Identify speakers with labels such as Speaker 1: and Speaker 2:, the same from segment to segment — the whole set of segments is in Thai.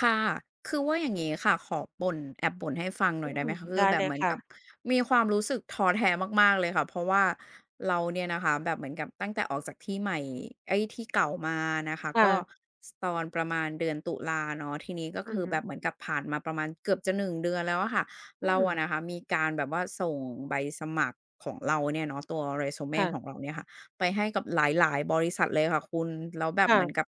Speaker 1: ค่ะ คือว่าอย่างงี้ค่ะขอบ่นแอบบ่นให้ฟังหน่
Speaker 2: อื
Speaker 1: อยได้
Speaker 2: ม
Speaker 1: ไหมคะคือ
Speaker 2: ได้
Speaker 1: แบ
Speaker 2: เล
Speaker 1: บ
Speaker 2: ย
Speaker 1: เหมือน
Speaker 2: ค่ะ
Speaker 1: กับมีความรู้สึกท้อแท้มากๆเลยค่ะเพราะว่าเราเนี่ยนะคะแบบเหมือนกับตั้งแต่ออกจากที่ใหม่เอ๊ยที่เก่ามานะคะก็
Speaker 2: ค่ะ
Speaker 1: สตอนประมาณเดือนตุลาเนาะทีนี้ก็
Speaker 2: อือ
Speaker 1: คือ
Speaker 2: ฮึ
Speaker 1: แบบเหมือนกับผ่านมาประมาณเกือบจะหนึ่งเดือนแล้วอะค่ะ
Speaker 2: อื
Speaker 1: เรา
Speaker 2: ม
Speaker 1: อะนะคะมีการแบบว่าส่งใบสมัครของเราเนี่ยเนาะตัว resume ของ
Speaker 2: ค่ะ
Speaker 1: เราเนี่ยค่ะไปให้กับหลายๆบริษัทเลยค่ะคุณแล้วแบบเหมือนกับ
Speaker 2: ค่ะ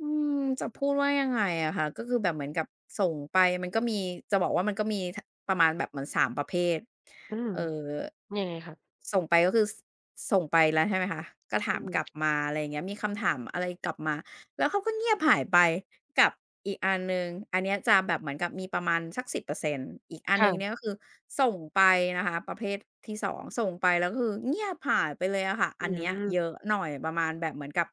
Speaker 1: อืมจะพูดว่ายังไงอะค่ะก็คือแบบเหมือนกับส่งไปมันก็มีจะบอกว่ามันก็มีทประมาณแบบเหมือน3ประเภท
Speaker 2: อืม
Speaker 1: เอ่อ
Speaker 2: ยังไงคะ
Speaker 1: ส่งไปก็คือสส่งไปแล้วใช่ไหมคะก็ถา
Speaker 2: อื
Speaker 1: ม
Speaker 2: อฮึ
Speaker 1: กลับมาอะไรอย่างเงี้ยมีคำถามอะไรกลับมาแล้วเขาก็เงียบหายไปกับอีกอันหนึ่งอันเนี้ยจะแบบเหมือนกับมีประมาณสัก10%อร์เซ็นต์อีกอันหนึ่งเนี่ย
Speaker 2: ค่ะ
Speaker 1: ก็คือส่งไปนะคะประเภทที่2ส่งไปแล้วก็คือเงียบหายไปเลยอะค่ะ
Speaker 2: อื
Speaker 1: อัน
Speaker 2: ม
Speaker 1: เนี้ย
Speaker 2: อืม
Speaker 1: เยอะหน่อยประมาณแบบเหมือนกับ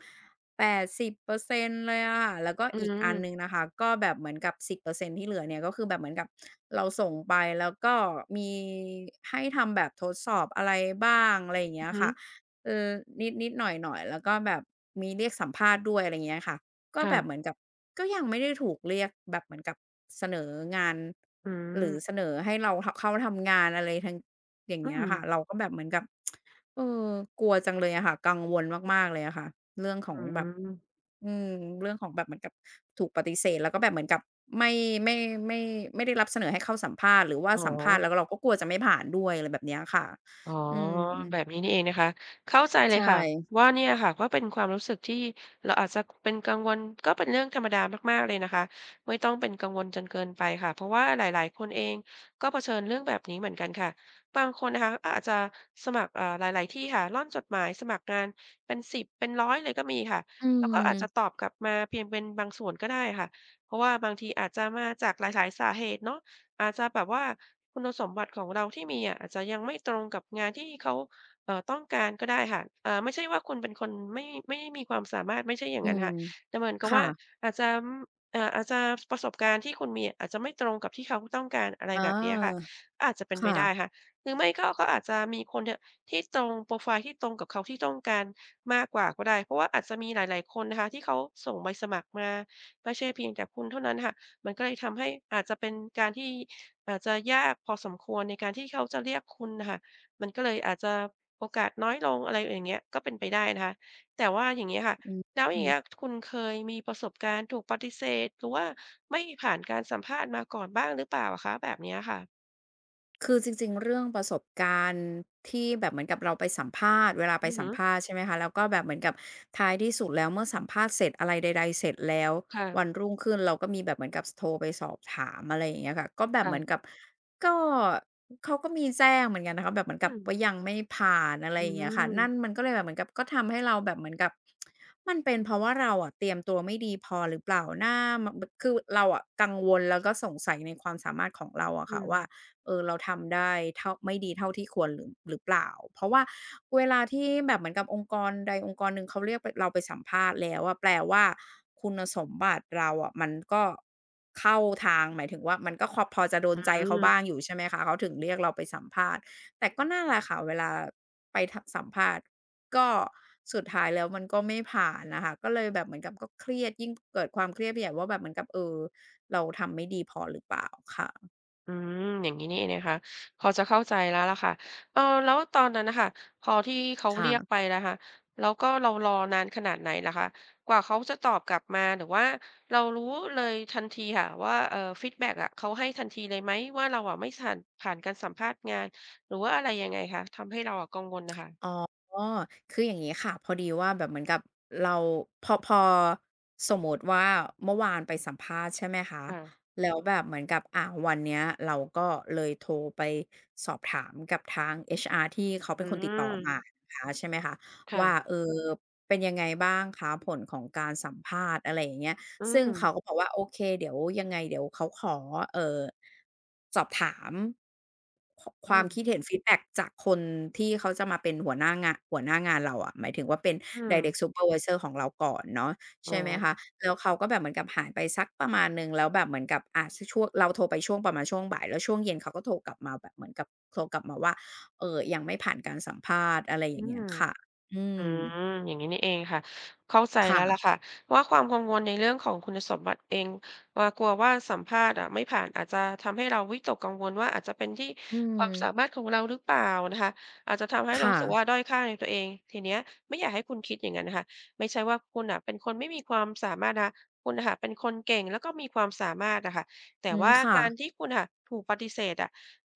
Speaker 1: 80%เปอร์เซ็นต์เลยอะค่ะแล้วก็
Speaker 2: อื
Speaker 1: อีกอันหนึ่งนะคะก็แบบเหมือนกับ10%ที่เหลือเนี่ยก็คือแบบเหมือนกับเราส่งไปแล้วก็มีให้ทำแบบทดสอบอะไรบ้างอะไรอย่างเงี้
Speaker 2: อ
Speaker 1: ย
Speaker 2: ฮึ
Speaker 1: ค่ะเออนิดๆหน่อยๆแล้วก็แบบมีเรียกสัมภาษณ์ด้วยอะไรอย่างเงี้ยค่ะก็แบบเห
Speaker 2: ค่ะ
Speaker 1: มือนกับก็ยังไม่ได้ถูกเรียกแบบเหมือนกับเสนองาน
Speaker 2: อื
Speaker 1: หรือเส
Speaker 2: ม
Speaker 1: นอให้เราทเข้าทำงานอะไรทั้งอย่าง
Speaker 2: อื
Speaker 1: เงี้ย
Speaker 2: ม
Speaker 1: ค่ะเราก็แบบเหมือนกับ เออกลัวจังเลยอะค่ะกังวลมากๆเลยอะค่ะเรื่องข
Speaker 2: อื
Speaker 1: องแบบ
Speaker 2: ม
Speaker 1: อืมเรื่องของแบบเหมือนกับถูกปฏิเสธแล้วก็แบบเหมือนกับไม่ไม่ไม่ไม่ได้รับเสนอให้เข้าสัมภาษณ์หรือว่า
Speaker 2: อ๋อ
Speaker 1: สัมภาษณ์แล้วก็เราก็กลัวจะไม่ผ่านด้วยอะไรแบบเนี้ยค่ะ
Speaker 2: อ๋อ
Speaker 1: อืม
Speaker 2: แบบนี้นี่เองนะคะเข้าใจเลย
Speaker 1: ใช่
Speaker 2: ค่ะว่าเนี่ยค่ะก็เป็นความรู้สึกที่เราอาจจะเป็นกังวลก็เป็นเรื่องธรรมดามากๆเลยนะคะไม่ต้องเป็นกังวลจนเกินไปค่ะเพราะว่าหลายๆคนเองก็เผชิญเรื่องแบบนี้เหมือนกันค่ะบางคนนะคะอาจจะสมัครหลายๆที่ค่ะร่อนจดหมายสมัครงานเป็น10เป็น100เลยก็มีค่ะ
Speaker 1: อื
Speaker 2: แล้วก็อาจจะต
Speaker 1: ม
Speaker 2: อบกลับมาเพียงเป็นบางส่วนก็ได้ค่ะเพราะว่าบางทีอาจจะมาจากหลายๆสาเหตุเนาะ อาจจะแบบว่าคุณสมบัติของเราที่มีอะอาจจะยังไม่ตรงกับงานที่เขาต้องการก็ได้ค่ะไม่ใช่ว่าคุณเป็นคนไม่ได้มีความสามารถไม่ใช่อย่า
Speaker 1: อื
Speaker 2: งนั้น
Speaker 1: ม
Speaker 2: ค่ะแต่เหมือนกับ
Speaker 1: ค่ะ
Speaker 2: ว่าอาจจะออาจจะประสบการณ์ที่คุณมีอาจจะไม่ตรงกับที่เขาต้องการอะไร
Speaker 1: อ
Speaker 2: แบบนี้ค่ะ
Speaker 1: า
Speaker 2: อาจจะเป็นไป
Speaker 1: ค่ะ
Speaker 2: ได้ค่ะหรือไม่ก็อาจจะมีคนเนี่ยที่ตรงโปรไฟล์ที่ตรงกับเขาที่ต้องการมากกว่าก็ได้เพราะว่าอาจจะมีหลายๆคนนะคะที่เขาส่งใบสมัครมาไม่ใช่เพียงแต่คุณเท่านั้นค่ะมันก็เลยทำให้อาจจะเป็นการที่ อาจจะยากพอสมควรในการที่เขาจะเรียกคุณน่ะค่ะมันก็เลยอาจจะโอกาสน้อยลงอะไรอย่างเงี้ยก็เป็นไปได้นะคะแต่ว่าอย่างงี้ค่ะ
Speaker 1: อื
Speaker 2: แล้วอย่าง
Speaker 1: ม
Speaker 2: เงี้ยคุณเคยมีประสบการณ์ถูกปฏิเสธหรือว่าไม่ผ่านการสัมภาษณ์มาก่อนบ้างหรือเปล่าอะคะแบบเนี้ยค่ะ
Speaker 1: คือจริงๆเรื่องประสบการณ์ที่แบบเหมือนกับเราไปสัมภาษณ์เวลาไป
Speaker 2: อือ
Speaker 1: สัม
Speaker 2: ฮึ
Speaker 1: ภาษณ์ใช่ไหมคะแล้วก็แบบเหมือนกับท้ายที่สุดแล้วเมื่อสัมภาษณ์เสร็จอะไรใดๆเสร็จแล้ว
Speaker 2: ค่ะ
Speaker 1: วันรุ่งขึ้นเราก็มีแบบเหมือนกับสโทรไปสอบถามอะไรอย่างเงี้ยค่ะก็แบบเหมือน
Speaker 2: ค่ะ
Speaker 1: กับก็เขาก็มีแจ้งเหมือนกันนะคะแบบเหมือน
Speaker 2: อื
Speaker 1: กับ
Speaker 2: ม
Speaker 1: ว่ายังไม่ผ่านอะไร
Speaker 2: อื
Speaker 1: อย่างเงี้ยค่ะ
Speaker 2: ม
Speaker 1: นั่นมันก็เลยแบบเหมือนกับก็ทำให้เราแบบเหมือนกับมันเป็นเพราะว่าเราอะเตรียมตัวไม่ดีพอหรือเปล่านะมบคือเราอะกังวลแล้วก็สงสัยในความสามารถของเราอะ
Speaker 2: อื
Speaker 1: ค่ะ
Speaker 2: ม
Speaker 1: ว่า เออเราทำได้เท่าไม่ดีเท่าที่ควรหรือเปล่าเพราะว่าเวลาที่แบบเหมือนกับองค์กรใดองค์กรหนึ่งเขาเรียกไปเราไปสัมภาษณ์แล้วอะแปลว่าคุณสมบัติเราอะมันก็เข้าทางหมายถึงว่ามันก็คอพอจะโด
Speaker 2: อื
Speaker 1: นใจเขาบ้าง
Speaker 2: ม
Speaker 1: อยู่ใช่ไหมคะเขาถึงเรียกเราไปสัมภาษณ์แต่ก็นั่นแหละค่ะเวลาไปทสัมภาษณ์ก็สุดท้ายแล้วมันก็ไม่ผ่านน่ะค่ะก็เลยแบบเหมือนกับก็เครียดยิ่งเกิดความเครียดไปใหญ่ว่าแบบเหมือนกับเออเราทำไม่ดีพอหรือเปล่าค่ะ
Speaker 2: อืมอย่างงี้นี่เองนะคะพอจะเข้าใจแล้วล่ะค่ะเออแล้วตอนนั้นนะคะพอที่เขา
Speaker 1: ค่ะ
Speaker 2: เรียกไปนะคะแล้วก็เรารอนานขนาดไหนล่ะคะกว่าเขาจะตอบกลับมาหรือว่าเรารู้เลยทันทีค่ะว่าฟีดแบ็กอะเขาให้ทันทีเลยไหมว่าเราอะไม่ผ่านผ่านการสัมภาษณ์งานหรือว่าอะไรยังไงคะทำให้เราอะกังวลนะ
Speaker 1: อ๋
Speaker 2: คะ
Speaker 1: อ คืออย่างนี้ค่ะพอดีว่าแบบเหมือนกับเราพอสมมติว่าเมื่อวานไปสัมภาษณ์ใช่ไหมคะ
Speaker 2: ค่ะ
Speaker 1: แล้วแบบเหมือนกับอ่าวันเนี้ยเราก็เลยโทรไปสอบถามกับทาง HR ที่เขาเป็น
Speaker 2: อื
Speaker 1: คนติดต่อ
Speaker 2: ม
Speaker 1: มานะคะใช่ไหมคะ
Speaker 2: ค่ะ
Speaker 1: ว่าเออเป็นยังไงบ้างคะผลของการสัมภาษณ์อะไรอย่างเงี้ย
Speaker 2: อื
Speaker 1: ซึ่ง
Speaker 2: ม
Speaker 1: เขาก็บอกว่าโอเคเดี๋ยวยังไงเดี๋ยวเขาขอเอ่อสอบถามขค
Speaker 2: อื
Speaker 1: วามคิด
Speaker 2: ม
Speaker 1: เห็นฟีดแบ็กจากคนที่เขาจะมาเป็นหัวหน้างานหัวหน้างานเราอะหมายถึงว่าเป็น
Speaker 2: อืม
Speaker 1: direct supervisor ของเราก่อนเนาะ
Speaker 2: อ๋อ
Speaker 1: ใช่ไหมคะแล้วเขาก็แบบเหมือนกับหายไปสักประมาณหนึ่งแล้วแบบเหมือนกับอ่าชช่วงเราโทรไปช่วงประมาณช่วงบ่ายแล้วช่วงเย็นเขาก็โทรกลับมาแบบเหมือนกับโทรกลับมาว่ายังไม่ผ่านการสัมภาษณ์อะไรอ
Speaker 2: อื
Speaker 1: ย่างเงี้
Speaker 2: ม
Speaker 1: ยค่ะอื
Speaker 2: อื
Speaker 1: ม
Speaker 2: มอย่างนี้นี่เองค่ะเข้าใจ
Speaker 1: ค่ะ
Speaker 2: แล้วล่ะค่ะว่าความกังวลในเรื่องของคุณสมบัติเองว่ากลัวว่าสัมภาษณ์อะไม่ผ่านอาจจะทำให้เราวิตกกังวลว่าอาจจะเป็นที่
Speaker 1: อื
Speaker 2: ความสา
Speaker 1: ม
Speaker 2: มารถของเราหรือเปล่านะคะอาจจะทำให้เรา
Speaker 1: ค่ะ
Speaker 2: รู้สึกว่าด้อยค่าในตัวเองทีเนี้ยไม่อยากให้คุณคิดอย่างนั้นนะคะไม่ใช่ว่าคุณอ่ะเป็นคนไม่มีความสามารถนะคุณนะค่ะเป็นคนเก่งแล้วก็มีความสามารถนะค่ะแต่
Speaker 1: อืม
Speaker 2: ว่าการ
Speaker 1: ค่ะ
Speaker 2: ที่คุณค่ะถูกปฏิเสธอะ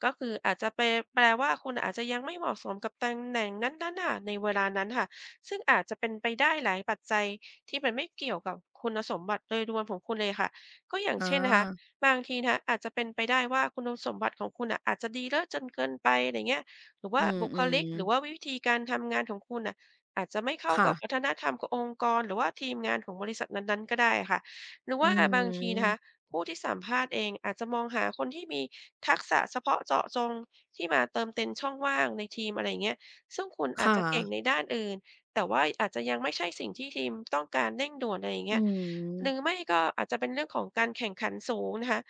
Speaker 2: ก็คืออาจจะไปแปลว่าคุณอาจจะยังไม่เหมาะสมกับตำแหน่งนั้นๆน่ะในเวลานั้นค่ะ ซึ่งอาจจะเป็นไปได้หลายปัจจัยที่มันไม่เกี่ยวกับคุณสมบัติโดยรวมของคุณเลยค่ะก็อย่าง
Speaker 1: อา
Speaker 2: เช่นนะคะบางทีนะคะอาจจะเป็นไปได้ว่าคุณสมบัติของคุณอ่ะอาจจะดีเลิศจนเกินไปอะไรเงี้ยหรือ
Speaker 1: อื
Speaker 2: ว่า
Speaker 1: ม
Speaker 2: บุ
Speaker 1: อื
Speaker 2: ค
Speaker 1: ม
Speaker 2: ลิกหรือว่าวิธีการทำงานของคุณอ่ะอาจจะไม่เข้า
Speaker 1: ค่ะ
Speaker 2: กับวัฒนธรรมขององค์กรหรือว่าทีมงานของบริษัทนั้นๆก็ได้ค่ะหรือ
Speaker 1: อื
Speaker 2: ว่าบางทีนะคะ
Speaker 1: ม
Speaker 2: ผู้ที่สัมภาษณ์เองอาจจะมองหาคนที่มีทักษะเฉพาะเจาะจงที่มาเติมเต็มช่องว่างในทีมอะไรเงี้ยซึ่งคุณอาจ
Speaker 1: ค่ะ
Speaker 2: จะเก่งในด้านอื่น แต่ว่าอาจจะยังไม่ใช่สิ่งที่ทีมต้องการเร่งด่วนอะไรอย่าง
Speaker 1: อื
Speaker 2: เงี้ยหรือ
Speaker 1: ม
Speaker 2: ไม่ก็อาจจะเป็นเรื่องของการแข่งขันสูงนะคะ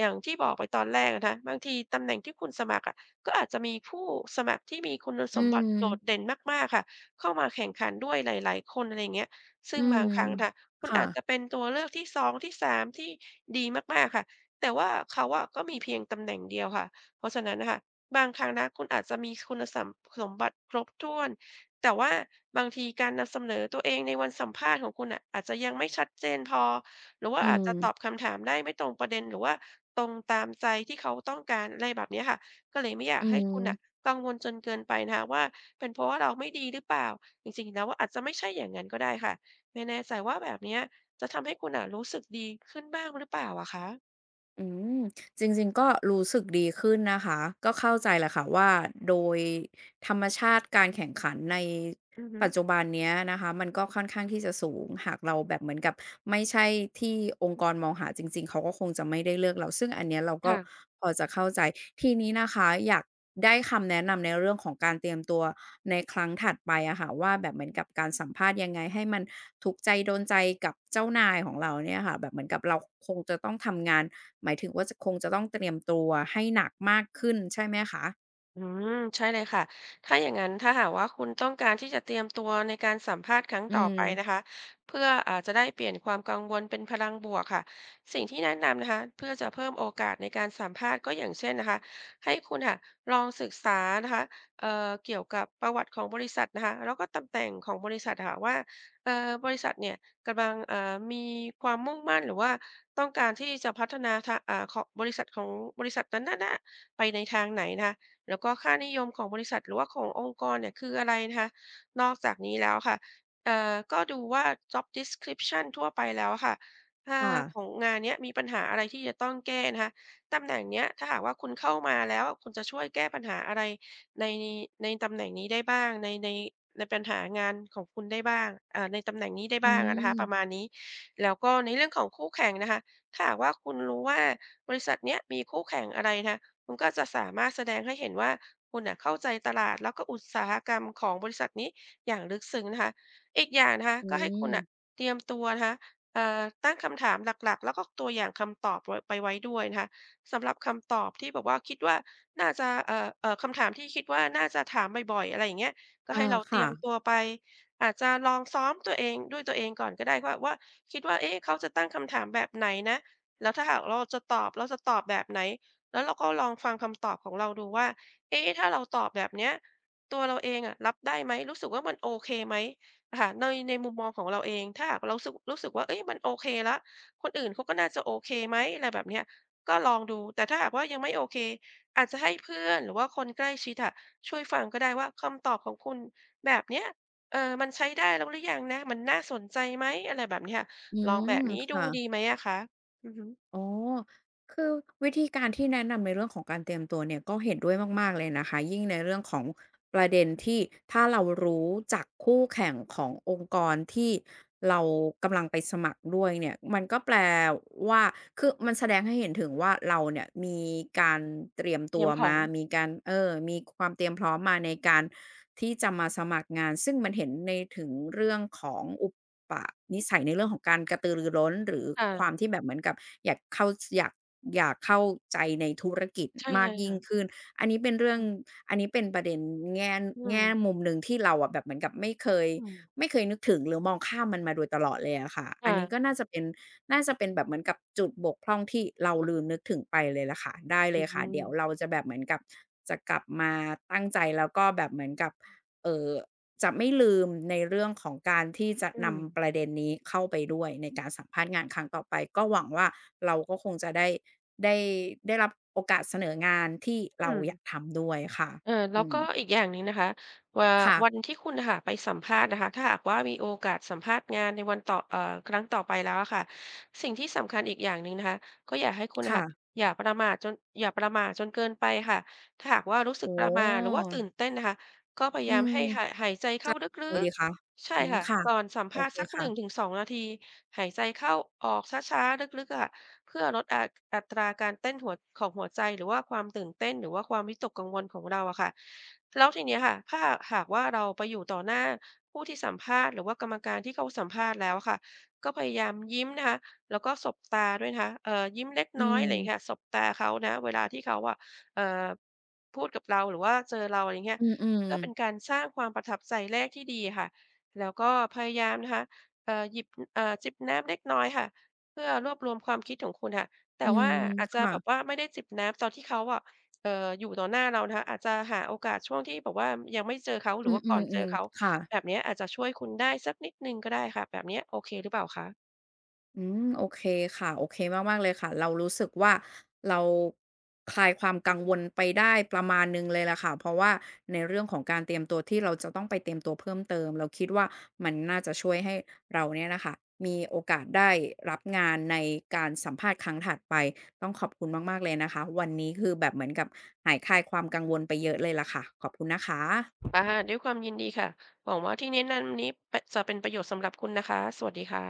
Speaker 2: อย่างที่บอกไปตอนแรกอะนะคะบางทีตำแหน่งที่คุณสมัครอะก็อาจจะมีผู้สมัครที่มีคุณ
Speaker 1: อื
Speaker 2: สมบัติโดด
Speaker 1: ม
Speaker 2: เด่นมากๆค่ะเข้ามาแข่งขันด้วยหลายๆคนอะไรอย่างเงี้ยซึ่
Speaker 1: อื
Speaker 2: ง
Speaker 1: ม
Speaker 2: บางครั้งค่ะคุณ
Speaker 1: ค่ะ
Speaker 2: อาจจะเป็นตัวเลือกที่2ที่3ที่ดีมากๆค่ะแต่ว่าเขาอะก็มีเพียงตำแหน่งเดียวค่ะเพราะฉะนั้นน่ะค่ะบางครั้งนะคุณอาจจะมีคุณสมสมบัติครบถ้วน แต่ว่าบางทีการนำเสนอตัวเองในวันสัมภาษณ์ของคุณน่ะอาจจะยังไม่ชัดเจนพอหรือว่า
Speaker 1: อื
Speaker 2: อาจ
Speaker 1: ม
Speaker 2: จะตอบคำถามได้ไม่ตรงประเด็นหรือว่าตรงตามใจที่เขาต้องการอะไรแบบเนี้ยค่ะก็เลยไม่อยา
Speaker 1: อื
Speaker 2: กให้คุณน่ะ
Speaker 1: ม
Speaker 2: กังวลจนเกินไปนะคะว่าเป็นเพราะว่าเราไม่ดีหรือเปล่าจริงๆแล้วอะอาจจะไม่ใช่อย่างนั้นก็ได้ค่ะไม่แน่ใจว่าแบบเนี้ยจะทำให้คุณน่ะรู้สึกดีขึ้นบ้างหรือเปล่าอะคะ
Speaker 1: อืมจริงๆก็รู้สึกดีขึ้นนะคะก็เข้าใจแหละค่ะว่าโดยธรรมชาติการแข่งขันใน
Speaker 2: อือฮึ
Speaker 1: ปัจจุบันเนี้ยนะคะมันก็ค่อนข้างที่จะสูงหากเราแบบเหมือนกับไม่ใช่ที่องค์กรมองหาจริงๆเขาก็คงจะไม่ได้เลือกเราซึ่งอันเนี้ยเราก็
Speaker 2: ค่ะ
Speaker 1: พอจะเข้าใจทีนี้นะคะอยากได้คำแนะนำในเรื่องของการเตรียมตัวในครั้งถัดไปอะค่ะว่าแบบเหมือนกับการสัมภาษณ์ยังไงให้มันถูกใจโดนใจกับเจ้านายของเราเนี่ยค่ะแบบเหมือนกับเราคงจะต้องทำงาน หมายถึงว่าจะคงจะต้องเตรียมตัวให้หนักมากขึ้นใช่ไหมคะ
Speaker 2: อืมใช่เลยค่ะถ้าอย่างงั้นถ้าหากว่าคุณต้องการที่จะเตรียมตัวในการสัมภาษณ์ครั้ง
Speaker 1: อื
Speaker 2: ต่อไปนะ
Speaker 1: ม
Speaker 2: คะเพื่ออาจจะได้เปลี่ยนความกังวลเป็นพลังบวกค่ะสิ่งที่แนะนำนะคะเพื่อจะเพิ่มโอกาสในการสัมภาษณ์ก็อย่างเช่นนะคะให้คุณค่ะลองศึกษานะคะเกี่ยวกับประวัติของบริษัทนะคะแล้วก็ตำแหน่งของบริษัทค่ะว่าบริษัทเนี่ยกำลังมีความมุ่งมั่นหรือว่าต้องการที่จะพัฒนาทางของบริษัทนั้นๆน่ะไปในทางไหนนะคะ แล้วก็ค่านิยมของบริษัทหรือว่าขององค์กรเนี่ยคืออะไรนะคะนอกจากนี้แล้วค่ะก็ดูว่า Job Description ทั่วไปแล้วค่ะถ้าขอ
Speaker 1: ค่ะ
Speaker 2: งงานเนี้ยมีปัญหาอะไรที่จะต้องแก้นะคะตำแหน่งเนี้ยถ้าหากว่าคุณเข้ามาแล้วคุณจะช่วยแก้ปัญหาอะไรในตำแหน่งนี้ได้บ้างในปัญหางานของคุณได้บ้างในตำแหน่งนี้ได้
Speaker 1: อื
Speaker 2: บ้างอะนะคะ
Speaker 1: ม
Speaker 2: ประมาณนี้แล้วก็ในเรื่องของคู่แข่งนะคะถ้าหากว่าคุณรู้ว่าบริษัทเนี้ยมีคู่แข่งอะไรนะคะ คุณก็จะสามารถแสดงให้เห็นว่าคุณน่ะเข้าใจตลาดแล้วก็อุตสาหกรรมของบริษัทนี้อย่างลึกซึ้งนะคะอีกอย่างนะคะ
Speaker 1: อื
Speaker 2: ก็ให้คุณน่ะ
Speaker 1: ม
Speaker 2: เตรียมตัวนะคะตั้งคำถามหลักๆแล้วก็ตัวอย่างคำตอบไว้ด้วยนะคะสำหรับคำตอบที่แบบว่าคิดว่าน่าจะคำถามที่คิดว่าน่าจะถามบ่อยๆอะไรอย่างเงี้ยก็
Speaker 1: อา
Speaker 2: ให้เราเตรี
Speaker 1: ค่ะ
Speaker 2: ยมตัวไปอาจจะลองซ้อมตัวเองด้วยตัวเองก่อนก็ได้ว่าคิดว่าเอ๊ะเขาจะตั้งคำถามแบบไหนนะแล้วถ้าหากเราจะตอบเราจะตอบแบบไหน แล้วเราก็ลองฟังคำตอบของเราดูว่าเอ๊ะถ้าเราตอบแบบเนี้ย ตัวเราเองอะรับได้ไหม รู้สึกว่ามันโอเคไหมค่ะในมุมมองของเราเองถ้าหากเรารู้สึกว่าเอ้ยมันโอเคแล้วคนอื่นเขาก็น่าจะโอเคไหมอะไรแบบเนี้ยก็ลองดูแต่ถ้าหากว่ายังไม่โอเคอาจจะให้เพื่อนหรือว่าคนใกล้ชิดอะช่วยฟังก็ได้ว่าคำตอบของคุณแบบเนี้ยเออมันใช้ได้แล้วหรือยังนะมันน่าสนใจไหมอะไรแบบเนี้ย
Speaker 1: อื
Speaker 2: ลอง
Speaker 1: ม
Speaker 2: แบบนี้ดูดี
Speaker 1: ค่ะ
Speaker 2: ไหมอะคะอือฮึ
Speaker 1: อ๋อคือวิธีการที่แนะนำในเรื่องของการเตรียมตัวเนี่ยก็เห็นด้วยมากๆเลยนะคะ ยิ่งในเรื่องของประเด็นที่ถ้าเรารู้จากคู่แข่งขององค์กรที่เรากำลังไปสมัครด้วยเนี่ย มันก็แปลว่า คือมันแสดงให้เห็นถึงว่าเราเนี่ยมีการเตรียม
Speaker 2: เต
Speaker 1: ตั
Speaker 2: รี
Speaker 1: ว
Speaker 2: ยมพร้อ
Speaker 1: มา
Speaker 2: ม
Speaker 1: มีการมีความเตรียมพร้อมมาในการที่จะมาสมัครงานซึ่งมันเห็นในถึงเรื่องของอุ ปะนิสัยในเรื่องของการกระตือรือร้นหรือ
Speaker 2: ค่ะ
Speaker 1: ความที่แบบเหมือนกับอยากเข้าอยากอยากเข้าใจในธุรกิจ
Speaker 2: ใช่
Speaker 1: มาก
Speaker 2: ๆ
Speaker 1: ยิ่ง
Speaker 2: ค่ะ
Speaker 1: ขึ้นอันนี้เป็นเรื่อง
Speaker 2: อืม
Speaker 1: อันนี้เป็นประเด็นแง่แง่มุมหนึ่งที่เราอะแบบเหมือนกับ
Speaker 2: อืม
Speaker 1: ไม่เคยนึกถึงหรือมองข้ามมันมาโดยตลอดเลยอะค่ะอันนี้ก็
Speaker 2: ค่ะ
Speaker 1: น่าจะเป็นน่าจะเป็นแบบเหมือนกับจุดบกพร่องที่เราลืมนึกถึงไปเลยล่ะค่ะได้เล
Speaker 2: อื
Speaker 1: ยค่ะ
Speaker 2: ม
Speaker 1: เดี๋ยวเราจะแบบเหมือนกับจะกลับมาตั้งใจแล้วก็แบบเหมือนกับเอ่อ จะไม่ลืมในเรื่องของการที่จะ
Speaker 2: อืม
Speaker 1: นำประเด็นนี้เข้าไปด้วยในการสัมภาษณ์งานครั้งต่อไปก็หวังว่าเราก็คงจะได้ได้รับโอกาสเสนองานที่เรา
Speaker 2: อืม
Speaker 1: อยากทำด้วยค่ะ
Speaker 2: แล้
Speaker 1: อื
Speaker 2: ว
Speaker 1: ม
Speaker 2: ก็อีกอย่างหนึ่งนะคะว่า
Speaker 1: ค่ะ
Speaker 2: วันที่คุณน่ะค่ะไปสัมภาษณ์นะคะถ้าหากว่ามีโอกาสสัมภาษณ์งานในวันต่อเอ่อครั้งต่อไปแล้วอะค่ะสิ่งที่สำคัญอีกอย่างหนึ่งนะคะก็อยากให้คุณน่ะค่ะ
Speaker 1: ค่ะ
Speaker 2: อย่าประมาทจนอย่าประหม่าจนเกินไปค่ะถ้าหากว่ารู้สึก
Speaker 1: โอ้
Speaker 2: ประหม่าหรือว่าตื่นเต้นนะคะก็พยา
Speaker 1: อื
Speaker 2: ยามให้
Speaker 1: ม
Speaker 2: หายใจเข้าลึ
Speaker 1: ไง
Speaker 2: ก
Speaker 1: ดีคะ
Speaker 2: ๆ ใช่
Speaker 1: อืม
Speaker 2: ค่ะ
Speaker 1: ค่ะ
Speaker 2: ก่อนสัม
Speaker 1: โอ
Speaker 2: ภาษ
Speaker 1: เค
Speaker 2: ณ์สักหนึ่งถึ
Speaker 1: ค่ะ
Speaker 2: งสองนาทีหายใจเข้าออกช้าๆลึกๆค่ะเพื่อลดอัตราการเต้นของหัวใจหรือว่าความตื่นเต้นหรือว่าความวิตกกังวลของเราอะค่ะแล้วทีเนี้ยค่ะถ้าหากว่าเราไปอยู่ต่อหน้าผู้ที่สัมภาษณ์หรือว่ากรรมการที่เขาสัมภาษณ์แล้วอะค่ะก็พยายามยิ้มนะคะแล้วก็สบตาด้วยนะคะยิ้มเล็ก
Speaker 1: อื
Speaker 2: น้อยอะไรอย่างเงี้ยค่ะ
Speaker 1: ม
Speaker 2: สบตาเขานะเวลาที่เขาอะเอ่อพูดกับเราหรือว่าเจอเราอะไรเงี้ย
Speaker 1: อืม
Speaker 2: เพื่อเป็น
Speaker 1: ๆ
Speaker 2: การสร้างความประทับใจแรกที่ดีค่ะ แล้วก็พยายามนะคะเอ่อหยิบเอ่อจิบน้ำเล็กน้อยค่ะเพื่อรวบรวมความคิดของคุณค่ะ
Speaker 1: อื
Speaker 2: แต่ว่า
Speaker 1: ม
Speaker 2: อาจจะ
Speaker 1: ค่ะ
Speaker 2: แบบว่าไม่ได้จิบน้ำตอนที่เขาอะอยู่ต่อหน้าเรานะคะอาจจะหาโอกาสช่วงที่แบบว่ายังไม่เจอเขาหรื
Speaker 1: อื
Speaker 2: อว่าก่อนเจอ
Speaker 1: มๆ
Speaker 2: เขา
Speaker 1: ๆค่ะ
Speaker 2: แบบเนี้ยอาจจะช่วยคุณได้สักนิดหนึ่งก็ได้ค่ะแบบเนี้ยโอเคหรือเปล่าคะ
Speaker 1: อืมโอเคค่ะโอเคมากๆเลยค่ะเรารู้สึกว่าเราคลายความกังวลไปได้ประมาณหนึ่งเลยล่ะค่ะเพราะว่าในเรื่องของการเตรียมตัวที่เราจะต้องไปเตรียมตัวเพิ่มเติมเราคิดว่ามันน่าจะช่วยให้เราเนี่ยน่ะค่ะมีโอกาสได้รับงานในการสัมภาษณ์ครั้งถัดไปต้องขอบคุณมากๆเลยนะคะวันนี้คือแบบเหมือนกับหายคลายความกังวลไปเยอะเลยล่ะค่ะขอบคุณนะคะ
Speaker 2: อาด้วยความยินดีค่ะหวังว่าที่แนะนำนี้จะเป็นประโยชน์สำหรับคุณนะคะสวัสดีค่ะ